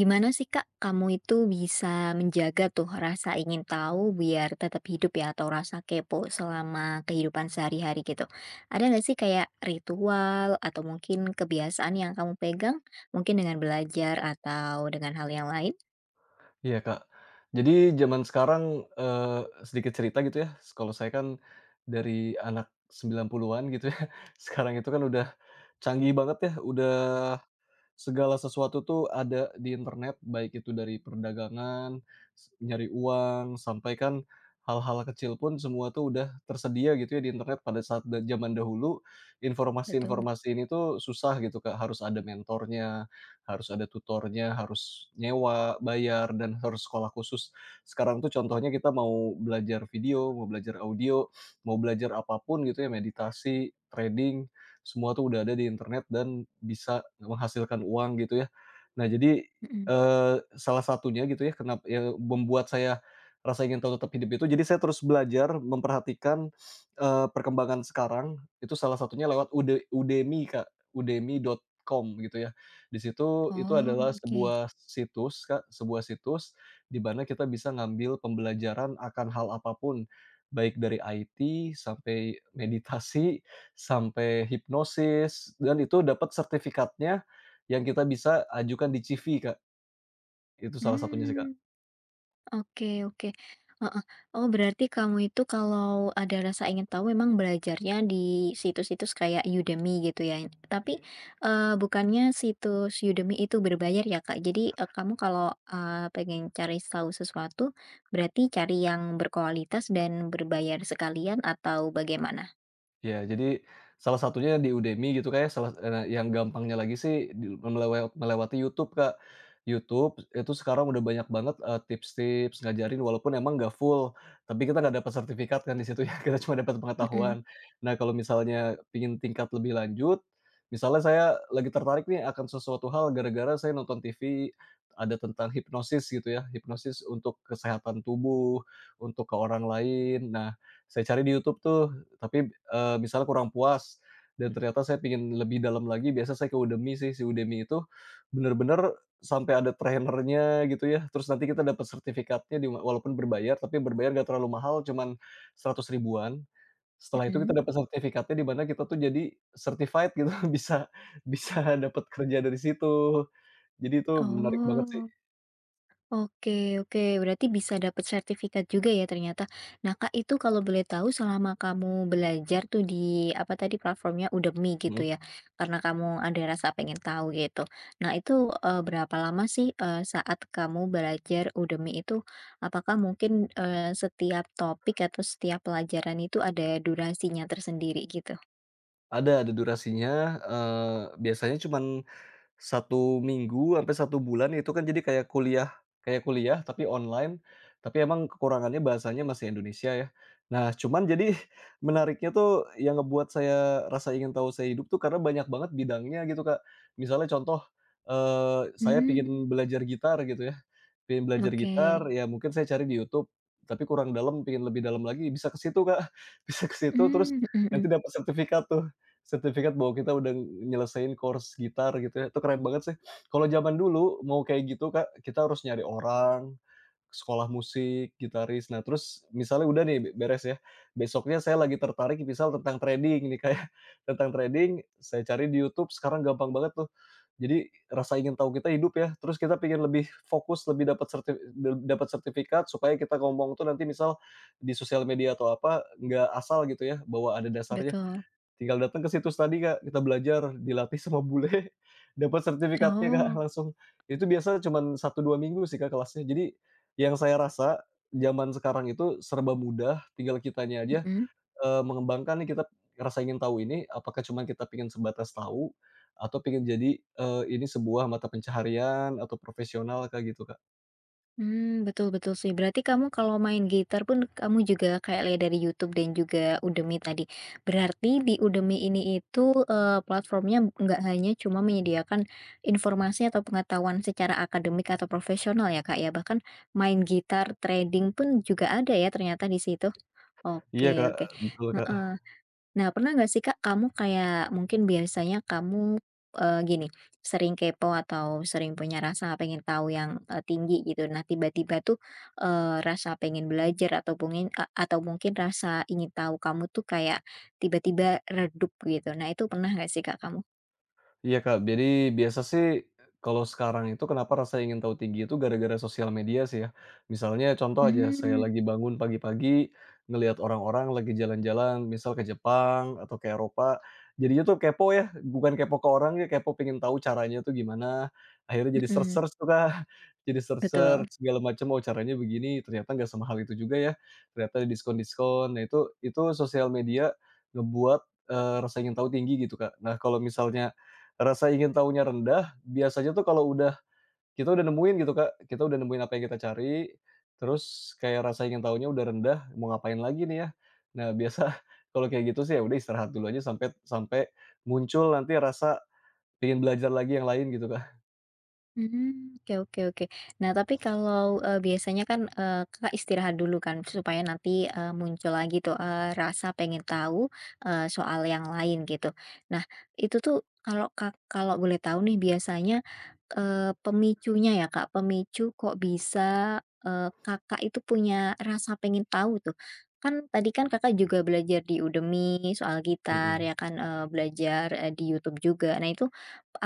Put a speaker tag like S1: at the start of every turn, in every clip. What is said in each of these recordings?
S1: Gimana sih Kak, kamu itu bisa menjaga tuh rasa ingin tahu biar tetap hidup ya atau rasa kepo selama kehidupan sehari-hari gitu? Ada nggak sih kayak ritual atau mungkin kebiasaan yang kamu pegang? Mungkin dengan belajar atau dengan hal yang lain?
S2: Iya, Kak. Jadi zaman sekarang, sedikit cerita gitu ya, kalau saya kan dari anak 90-an gitu ya, sekarang itu kan udah canggih banget ya, udah segala sesuatu tuh ada di internet, baik itu dari perdagangan, nyari uang, sampai kan hal-hal kecil pun semua tuh udah tersedia gitu ya di internet. Pada saat zaman dahulu,
S1: Betul.
S2: informasi-informasi ini tuh susah gitu, Kak, harus ada mentornya, harus ada tutornya, harus nyewa, bayar, dan harus sekolah khusus. Sekarang tuh contohnya kita mau belajar video, mau belajar audio, mau belajar apapun gitu ya, meditasi, trading, semua tuh udah ada di internet dan bisa menghasilkan uang gitu ya. Nah jadi,
S1: Mhm.
S2: salah satunya gitu ya kenapa ya membuat saya rasa ingin tahu tetap hidup itu, jadi saya terus belajar memperhatikan, perkembangan sekarang itu salah satunya lewat Udemy Kak, udemy.com gitu ya. Di situ itu adalah
S1: Oh, oke.
S2: sebuah situs Kak, sebuah situs di mana kita bisa ngambil pembelajaran akan hal apapun, baik dari IT sampai meditasi, sampai hipnosis, dan itu dapat sertifikatnya yang kita bisa ajukan di CV, Kak. Itu salah satunya sih, Kak.
S1: Mmm. Oke oke, heeh. Oh berarti kamu itu kalau ada rasa ingin tahu memang belajarnya di situs-situs kayak Udemy gitu ya? Tapi, bukannya situs Udemy itu berbayar ya, Kak? Jadi, kamu kalau, pengen cari tahu sesuatu, berarti cari yang berkualitas dan berbayar sekalian atau bagaimana?
S2: Ya, jadi salah satunya di Udemy gitu, kayak yang gampangnya lagi sih di melewe melewati YouTube Kak. YouTube itu sekarang udah banyak banget, tips-tips ngajarin walaupun emang nggak full, tapi kita nggak dapat sertifikat kan di situ ya, kita cuma dapat pengetahuan.
S1: Mhm
S2: Nah, kalau misalnya pingin tingkat lebih lanjut, misalnya saya lagi tertarik nih akan sesuatu hal gara-gara saya nonton TV ada tentang hipnosis gitu ya, hipnosis untuk kesehatan tubuh, untuk ke orang lain. Nah, saya cari di YouTube tuh. Tapi, misalnya kurang puas dan ternyata saya pengen lebih dalam lagi, biasa saya ke Udemy sih. Si Udemy itu bener-bener sampai ada trainernya gitu ya, terus nanti kita dapat sertifikatnya walaupun berbayar, tapi berbayar gak terlalu mahal, cuman 100 ribuan. Setelah itu kita
S1: mhm.
S2: dapat sertifikatnya, di mana kita tuh jadi certified gitu, bisa bisa dapat kerja dari situ. Jadi itu menarik banget sih.
S1: Oh. Oke oke, berarti bisa dapat sertifikat juga ya ternyata. Nah, Kak, itu kalau boleh tahu selama kamu belajar tuh di apa tadi platformnya Udemy
S2: Mhm.
S1: gitu ya, karena kamu ada rasa pengen tahu gitu. Nah, itu, berapa lama sih, saat kamu belajar Udemy itu? Apakah mungkin, setiap topik atau setiap pelajaran itu ada durasinya tersendiri gitu?
S2: Ada durasinya, biasanya cuman satu minggu sampai satu bulan, itu kan jadi kayak kuliah tapi online, tapi emang kekurangannya bahasanya masih Indonesia ya. Nah, cuman jadi menariknya tuh yang ngebuat saya rasa ingin tahu saya hidup tuh karena banyak banget bidangnya gitu, Kak. Misalnya contoh, saya pengen
S1: Hmm
S2: belajar gitar gitu ya.
S1: oke.
S2: Ya mungkin saya cari di YouTube, tapi kurang dalam, pengen lebih dalam lagi, bisa ke situ, Kak, bisa ke situ, terus
S1: Hmm mhm
S2: nanti
S1: mhm,
S2: dapat sertifikat tuh, sertifikat bahwa kita udah nyelesain course gitar gitu ya, itu keren banget sih. Kalau zaman dulu mau kayak gitu, Kak, kita harus nyari orang, sekolah musik, gitaris. Nah, terus misalnya udah nih beres ya, besoknya saya lagi tertarik misal tentang trading nih, kayak tentang trading, saya cari di YouTube, sekarang gampang banget tuh. Jadi rasa ingin tahu kita hidup ya, terus kita pengen lebih fokus, lebih dapat dapat sertifikat supaya kita ngomong tuh nanti misal di sosial media atau apa, nggak asal gitu ya, bahwa ada dasarnya.
S1: betul.
S2: Tinggal datang ke situs tadi, Kak, kita belajar, dilatih sama bule, dapat sertifikatnya, Kak,
S1: Oh,
S2: langsung. Itu biasa cuman satu 2 minggu sih, Kak, kelasnya. Jadi yang saya rasa, zaman sekarang itu serba mudah, tinggal kitanya aja
S1: mhm.
S2: mengembangkan nih, kita ngerasa ingin tahu ini, apakah cuman kita pengen sebatas tahu atau pengen jadi, ini sebuah mata pencaharian atau profesional, Kak, gitu, Kak.
S1: Hmm betul betul sih. Berarti kamu kalau main gitar pun kamu juga kayak lihat dari YouTube dan juga Udemy tadi. Berarti di Udemy ini itu, platformnya nggak hanya cuma menyediakan informasi atau pengetahuan secara akademik atau profesional ya, Kak, ya? Bahkan main gitar, trading pun juga ada ya ternyata di situ?
S2: Iya, Kak,
S1: Oke oke,
S2: betul, Kak.
S1: heeh. Nah, pernah nggak sih Kak, kamu kayak mungkin biasanya kamu, gini, sering kepo atau sering punya rasa pengen tahu yang, tinggi gitu. Nah, tiba-tiba tuh, rasa pengen belajar atau pungin a atau mungkin rasa ingin tahu kamu tuh kayak tiba-tiba redup gitu. Nah, itu pernah nggak sih Kak kamu?
S2: Iya, Kak. Jadi biasa sih, kalau sekarang itu kenapa rasa ingin tahu tinggi itu gara-gara sosial media sih ya. Misalnya contoh aja, saya
S1: Mmm.
S2: lagi bangun pagi-pagi ngelihat orang-orang lagi jalan-jalan misal ke Jepang atau ke Eropa, jadinya tuh kepo ya, bukan kepo ke orangnya, kepo pengen tahu caranya tuh gimana, akhirnya jadi
S1: Mhm,
S2: search-search tuh, Kak. Jadi
S1: betul.
S2: search-search segala macam, oh caranya begini, ternyata nggak semahal itu juga ya, ternyata ada diskon-diskon. Nah, itu sosial media ngebuat, rasa ingin tahu tinggi gitu, Kak. Nah, kalau misalnya rasa ingin tahunya rendah, biasanya tuh kalau udah kita udah nemuin gitu, Kak, kita udah nemuin apa yang kita cari, terus kayak rasa ingin tahunya udah rendah, mau ngapain lagi nih ya? Nah, biasa kalau kayak gitu sih, ya udah istirahat dulu aja sampai sampai muncul nanti rasa pengen belajar lagi yang lain gitu, Kak.
S1: Hmm, oke oke oke. Nah, tapi kalau, biasanya kan, Kakak istirahat dulu kan supaya nanti, muncul lagi tuh, rasa pengen tahu, soal yang lain gitu. Nah, itu tuh kalau Kak kalau boleh tahu nih biasanya, pemicunya ya Kak, pemicu kok bisa, Kakak itu punya rasa pengen tahu tuh? Kan tadi kan Kakak juga belajar di Udemy soal gitar
S2: Mhm.
S1: ya kan, belajar, di YouTube juga. Nah itu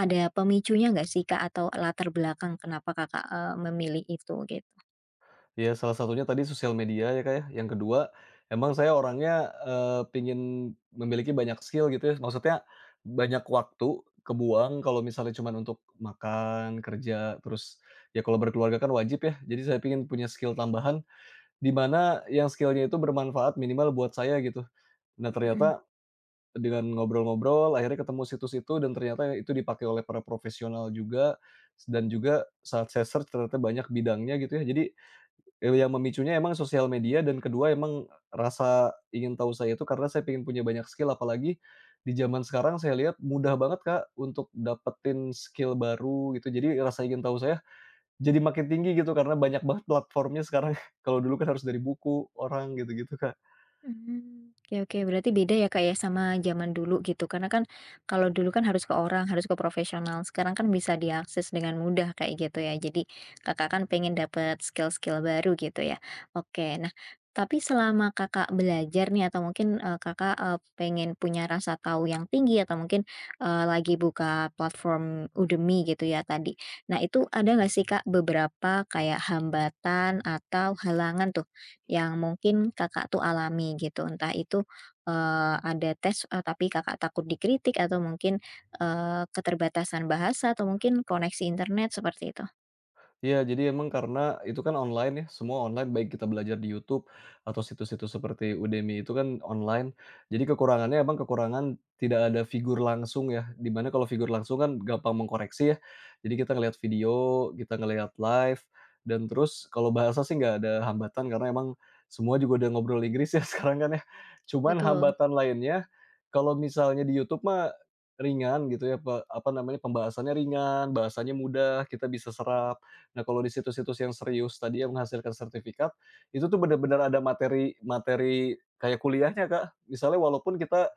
S1: ada pemicunya nggak sih Kak, atau latar belakang kenapa Kakak, memilih itu gitu?
S2: Ya, salah satunya tadi sosial media ya, Kak, ya. Yang kedua, emang saya orangnya, pingin memiliki banyak skill gitu ya, maksudnya banyak waktu kebuang kalau misalnya cuman untuk makan, kerja, terus ya kalau berkeluarga kan wajib ya, jadi saya pingin punya skill tambahan, di mana yang skillnya itu bermanfaat minimal buat saya gitu. Nah,
S1: Mhm.
S2: ternyata dengan ngobrol-ngobrol akhirnya ketemu situs itu, dan ternyata itu dipakai oleh para profesional juga, dan juga saat saya search ternyata banyak bidangnya gitu ya. Jadi, yang memicunya emang sosial media, dan kedua emang rasa ingin tahu saya itu karena saya pengen punya banyak skill, apalagi di zaman sekarang saya lihat mudah banget Kak untuk dapetin skill baru gitu. Jadi rasa ingin tahu saya jadi makin tinggi gitu karena banyak banget platformnya sekarang. Kalau dulu kan harus dari buku, orang, gitu-gitu Kak.
S1: Mmm, oke oke, berarti beda ya, Kak, ya, sama zaman dulu gitu. Karena kan kalau dulu kan harus ke orang, harus ke profesional, sekarang kan bisa diakses dengan mudah kayak gitu ya. Jadi Kakak kan pengen dapat skill-skill baru gitu ya. Oke, nah tapi selama Kakak belajar nih atau mungkin, Kakak, pengen punya rasa tahu yang tinggi atau mungkin, lagi buka platform Udemy gitu ya tadi. Nah itu ada nggak sih, Kak, beberapa kayak hambatan atau halangan tuh yang mungkin Kakak tuh alami gitu, entah itu, ada tes, tapi Kakak takut dikritik atau mungkin, keterbatasan bahasa atau mungkin koneksi internet seperti itu?
S2: Iya, jadi emang karena itu kan online ya, semua online, baik kita belajar di YouTube atau situs-situs seperti Udemy, itu kan online. Jadi kekurangannya emang kekurangan tidak ada figur langsung ya, dimana kalau figur langsung kan gampang mengkoreksi ya. Jadi kita ngelihat video, kita ngelihat live, dan terus kalau bahasa sih nggak ada hambatan karena emang semua juga udah ngobrol Inggris ya sekarang kan ya. Cuman
S1: Betul.
S2: hambatan lainnya, kalau misalnya di YouTube mah ringan gitu ya, apa namanya, pembahasannya ringan, bahasanya mudah, kita bisa serap. Nah, kalau di situs-situs yang serius tadi yang menghasilkan sertifikat, itu tuh benar-benar ada materi materi kayak kuliahnya, Kak. Misalnya walaupun kita,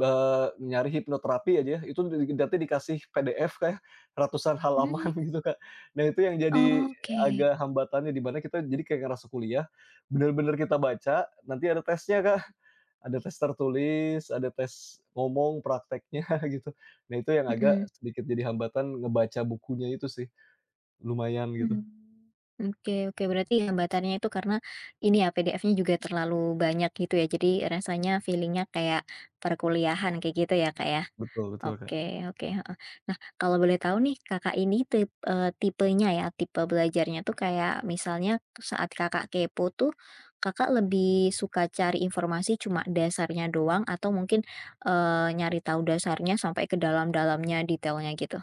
S2: nyari hipnoterapi aja ya, itu nanti dikasih PDF Kak ya, ratusan halaman
S1: Mmm,
S2: gitu, Kak. Nah, itu yang jadi
S1: oke,
S2: agak hambatannya, di mana kita jadi kayak ngerasa kuliah, benar-benar kita baca, nanti ada tesnya, Kak. Ada tes tertulis, ada tes ngomong, prakteknya gitu. Nah, itu yang agak
S1: mhm,
S2: sedikit jadi hambatan, ngebaca bukunya itu sih, lumayan gitu.
S1: mmm, oke oke, berarti hambatannya itu karena ini ya PDF-nya juga terlalu banyak gitu ya, jadi rasanya feelingnya kayak perkuliahan kayak gitu ya, kayak.
S2: Betul betul, Kak.
S1: Oke oke, heeh. Nah, kalau boleh tahu nih Kakak ini tip tipenya ya, tipe belajarnya tuh kayak misalnya saat Kakak kepo tuh, Kakak lebih suka cari informasi cuma dasarnya doang atau mungkin, nyari tahu dasarnya sampai ke dalam-dalamnya, detailnya gitu?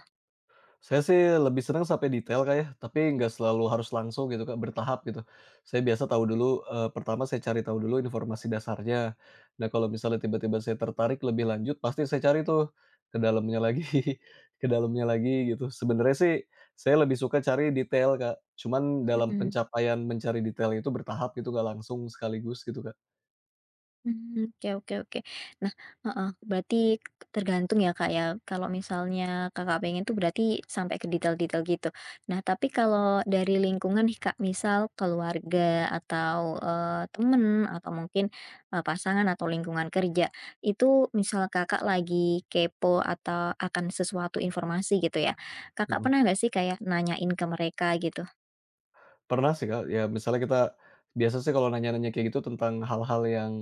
S2: Saya sih lebih senang sampai detail, Kak, ya, tapi nggak selalu harus langsung gitu, Kak, bertahap gitu. Saya biasa tahu dulu, pertama saya cari tahu dulu informasi dasarnya. Nah, kalau misalnya tiba-tiba saya tertarik lebih lanjut, pasti saya cari tuh ke dalamnya lagi ke dalamnya lagi gitu. Sebenarnya sih saya lebih suka cari detail, Kak, cuman dalam
S1: Mhm.
S2: pencapaian mencari detail itu bertahap gitu, nggak langsung sekaligus gitu, Kak.
S1: Hmm, oke oke oke. Nah heeh, berarti tergantung ya, Kak, ya, kalau misalnya Kakak pengen tuh berarti sampai ke detail-detail gitu. Nah, tapi kalau dari lingkungan nih, Kak, misal keluarga atau, temen atau mungkin, pasangan atau lingkungan kerja, itu misal Kakak lagi kepo atau akan sesuatu informasi gitu ya, Kakak
S2: Mhm.
S1: pernah nggak sih kayak nanyain ke mereka gitu?
S2: Pernah sih, Kak, ya misalnya kita biasa sih kalau nanya-nanya kayak gitu tentang hal-hal yang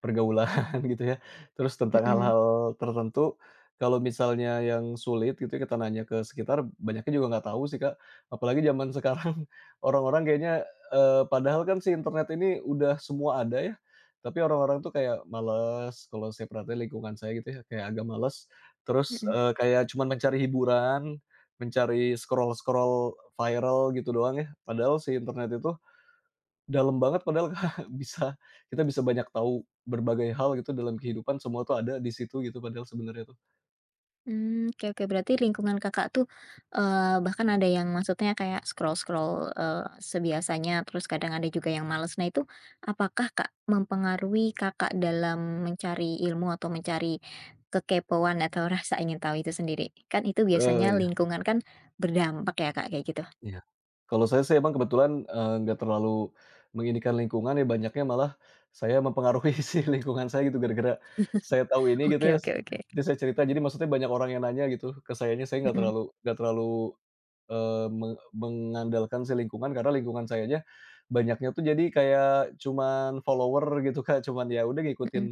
S2: pergaulan gitu ya, terus tentang
S1: Mhm
S2: hal-hal tertentu, kalau misalnya yang sulit gitu ya kita nanya ke sekitar, banyaknya juga nggak tahu sih, Kak. Apalagi zaman sekarang orang-orang kayaknya, padahal kan si internet ini udah semua ada ya, tapi orang-orang tuh kayak males, kalau saya perhatiin lingkungan saya gitu ya, kayak agak males, terus,
S1: mhm.
S2: kayak cuman mencari hiburan, mencari scroll-scroll viral gitu doang ya. Padahal si internet itu dalam banget padahal, bisa kita bisa banyak tahu berbagai hal gitu dalam kehidupan, semua tuh ada di situ gitu padahal sebenarnya tuh.
S1: Hmm, oke oke. Berarti lingkungan Kakak tuh, bahkan ada yang maksudnya kayak scroll-scroll, sebiasanya, terus kadang ada juga yang males. Nah itu apakah Kak mempengaruhi Kakak dalam mencari ilmu atau mencari kekepoan atau rasa ingin tahu itu sendiri? Kan itu biasanya
S2: Iya
S1: lingkungan kan berdampak ya Kak, kayak gitu.
S2: iya. Kalau saya sih emang kebetulan, nggak terlalu menginikan lingkungan ya, banyaknya malah saya mempengaruhi si lingkungan saya gitu, gara-gara saya tahu ini gitu
S1: Oke
S2: ya.
S1: oke oke.
S2: Jadi saya cerita, jadi maksudnya banyak orang yang nanya gitu ke sayanya, saya nggak
S1: Mhm
S2: terlalu nggak terlalu mengandalkan si lingkungan, karena lingkungan saya aja banyaknya tuh jadi kayak cuman follower gitu, Kak, cuman ya udah ngikutin
S1: mhm.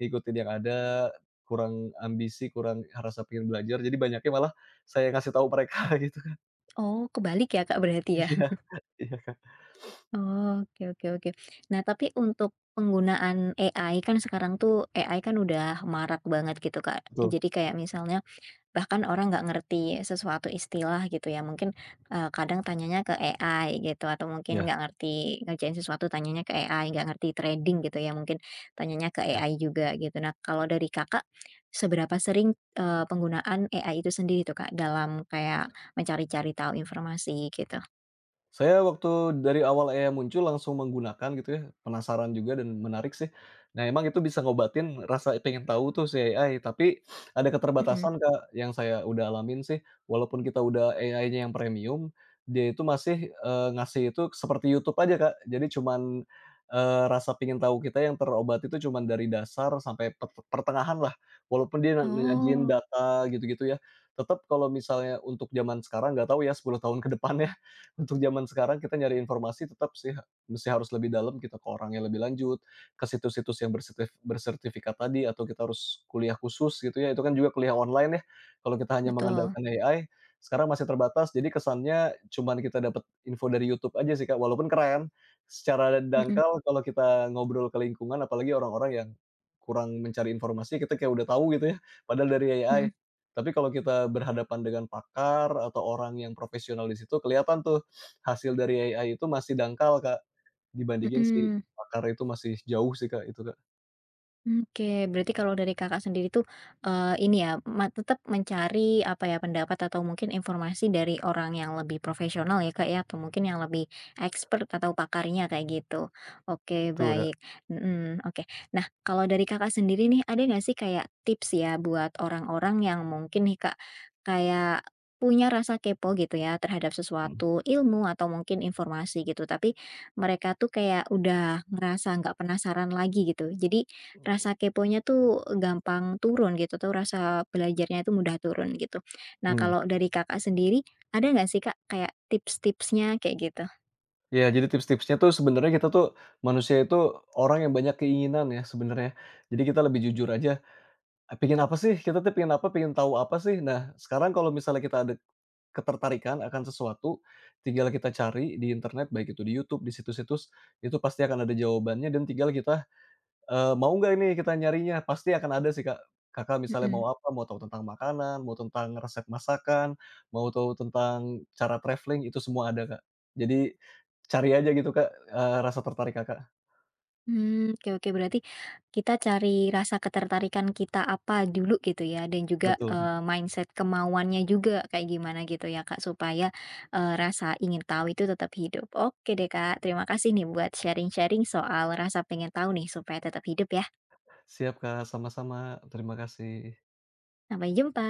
S2: ngikutin yang ada, kurang ambisi, kurang rasa pengen belajar, jadi banyaknya malah saya ngasih tahu mereka gitu kan.
S1: Oh, kebalik ya Kak berarti ya?
S2: Iya iya, Kak,
S1: Oh, oke oke oke. Nah, tapi untuk penggunaan AI kan sekarang tuh AI kan udah marak banget gitu, Kak.
S2: betul,
S1: Jadi kayak misalnya bahkan orang nggak ngerti sesuatu istilah gitu ya, mungkin, kadang tanyanya ke AI gitu atau mungkin
S2: iya.
S1: nggak ngerti ngerjain sesuatu tanyanya ke AI, nggak ngerti trading gitu ya, mungkin tanyanya ke AI juga gitu. Nah, kalau dari Kakak, seberapa sering, penggunaan AI itu sendiri tuh, Kak, dalam kayak mencari-cari tahu informasi gitu?
S2: Saya waktu dari awal AI muncul langsung menggunakan gitu ya, penasaran juga dan menarik sih. Nah, emang itu bisa ngobatin rasa pengen tahu tuh si AI, tapi ada
S1: Mhm.
S2: keterbatasan, Kak, yang saya udah alamin sih. Walaupun kita udah AI-nya yang premium, dia itu masih, ngasih itu seperti YouTube aja, Kak. Jadi cuman, rasa pengen tahu kita yang terobati itu cuman dari dasar sampai pertengahan lah. Walaupun dia nyajiin
S1: Oh,
S2: data gitu-gitu ya, tetep kalau misalnya untuk zaman sekarang, nggak tahu ya 10 tahun ke depannya. Untuk zaman sekarang kita nyari informasi tetap sih, mesti harus lebih dalam, kita ke orang yang lebih lanjut, ke situs-situs yang bersertifikat tadi, atau kita harus kuliah khusus gitu ya, itu kan juga kuliah online ya, kalau kita hanya
S1: betul.
S2: mengandalkan AI, sekarang masih terbatas, jadi kesannya cuman kita dapat info dari YouTube aja sih Kak, walaupun keren, secara
S1: Mhm
S2: dangkal kalau kita ngobrol ke lingkungan, apalagi orang-orang yang kurang mencari informasi, kita kayak udah tahu gitu ya, padahal dari AI.
S1: mhm
S2: Tapi kalau kita berhadapan dengan pakar, atau orang yang profesional di situ, kelihatan tuh hasil dari AI itu masih dangkal, Kak, dibandingin si
S1: mhm.
S2: pakar itu masih jauh sih, Kak, itu, Kak.
S1: Oke, berarti kalau dari Kakak sendiri tuh, ini ya, ma tetap mencari, apa ya, pendapat atau mungkin informasi dari orang yang lebih profesional ya, Kak, ya, atau mungkin yang lebih expert atau pakarnya kayak gitu. Oke,
S2: Betul, Kak.
S1: baik, mhm, oke. Nah, kalau dari Kakak sendiri nih, ada nggak sih kayak tips ya buat orang-orang yang mungkin nih, Kak, kayak punya rasa kepo gitu ya terhadap
S2: Mhm.
S1: sesuatu ilmu atau mungkin informasi gitu, tapi mereka tuh kayak udah ngerasa nggak penasaran lagi gitu. Jadi
S2: Mmm.
S1: rasa keponya tuh gampang turun gitu atau rasa belajarnya itu mudah turun gitu. Nah
S2: Mhm.
S1: kalau dari Kakak sendiri, ada nggak sih Kak kayak tips-tipsnya kayak gitu?
S2: Iya, jadi tips-tipsnya tuh sebenarnya kita tuh manusia itu orang yang banyak keinginan ya sebenarnya. Jadi kita lebih jujur aja, pengen apa sih? Kita tuh pengen apa, pengen tahu apa sih? Nah, sekarang kalau misalnya kita ada ketertarikan akan sesuatu, tinggal kita cari di internet, baik itu di YouTube, di situs-situs, itu pasti akan ada jawabannya, dan tinggal kita mau nggak ini kita nyarinya? Pasti akan ada sih, Kak. Kakak misalnya
S1: Mhm.
S2: mau apa, mau tahu tentang makanan, mau tentang resep masakan, mau tahu tentang cara travelling, itu semua ada, Kak. Jadi cari aja gitu, Kak, rasa tertarik Kakak.
S1: Mmm, oke oke berarti kita cari rasa ketertarikan kita apa dulu gitu ya dan juga,
S2: Betul, Kak.
S1: mindset kemauannya juga kayak gimana gitu ya Kak supaya, rasa ingin tahu itu tetap hidup. Oke deh Kak, terima kasih nih buat sharing-sharing soal rasa pengen tahu nih supaya tetap hidup ya.
S2: Siap, Kak, sama-sama. Terima kasih.
S1: Sampai jumpa.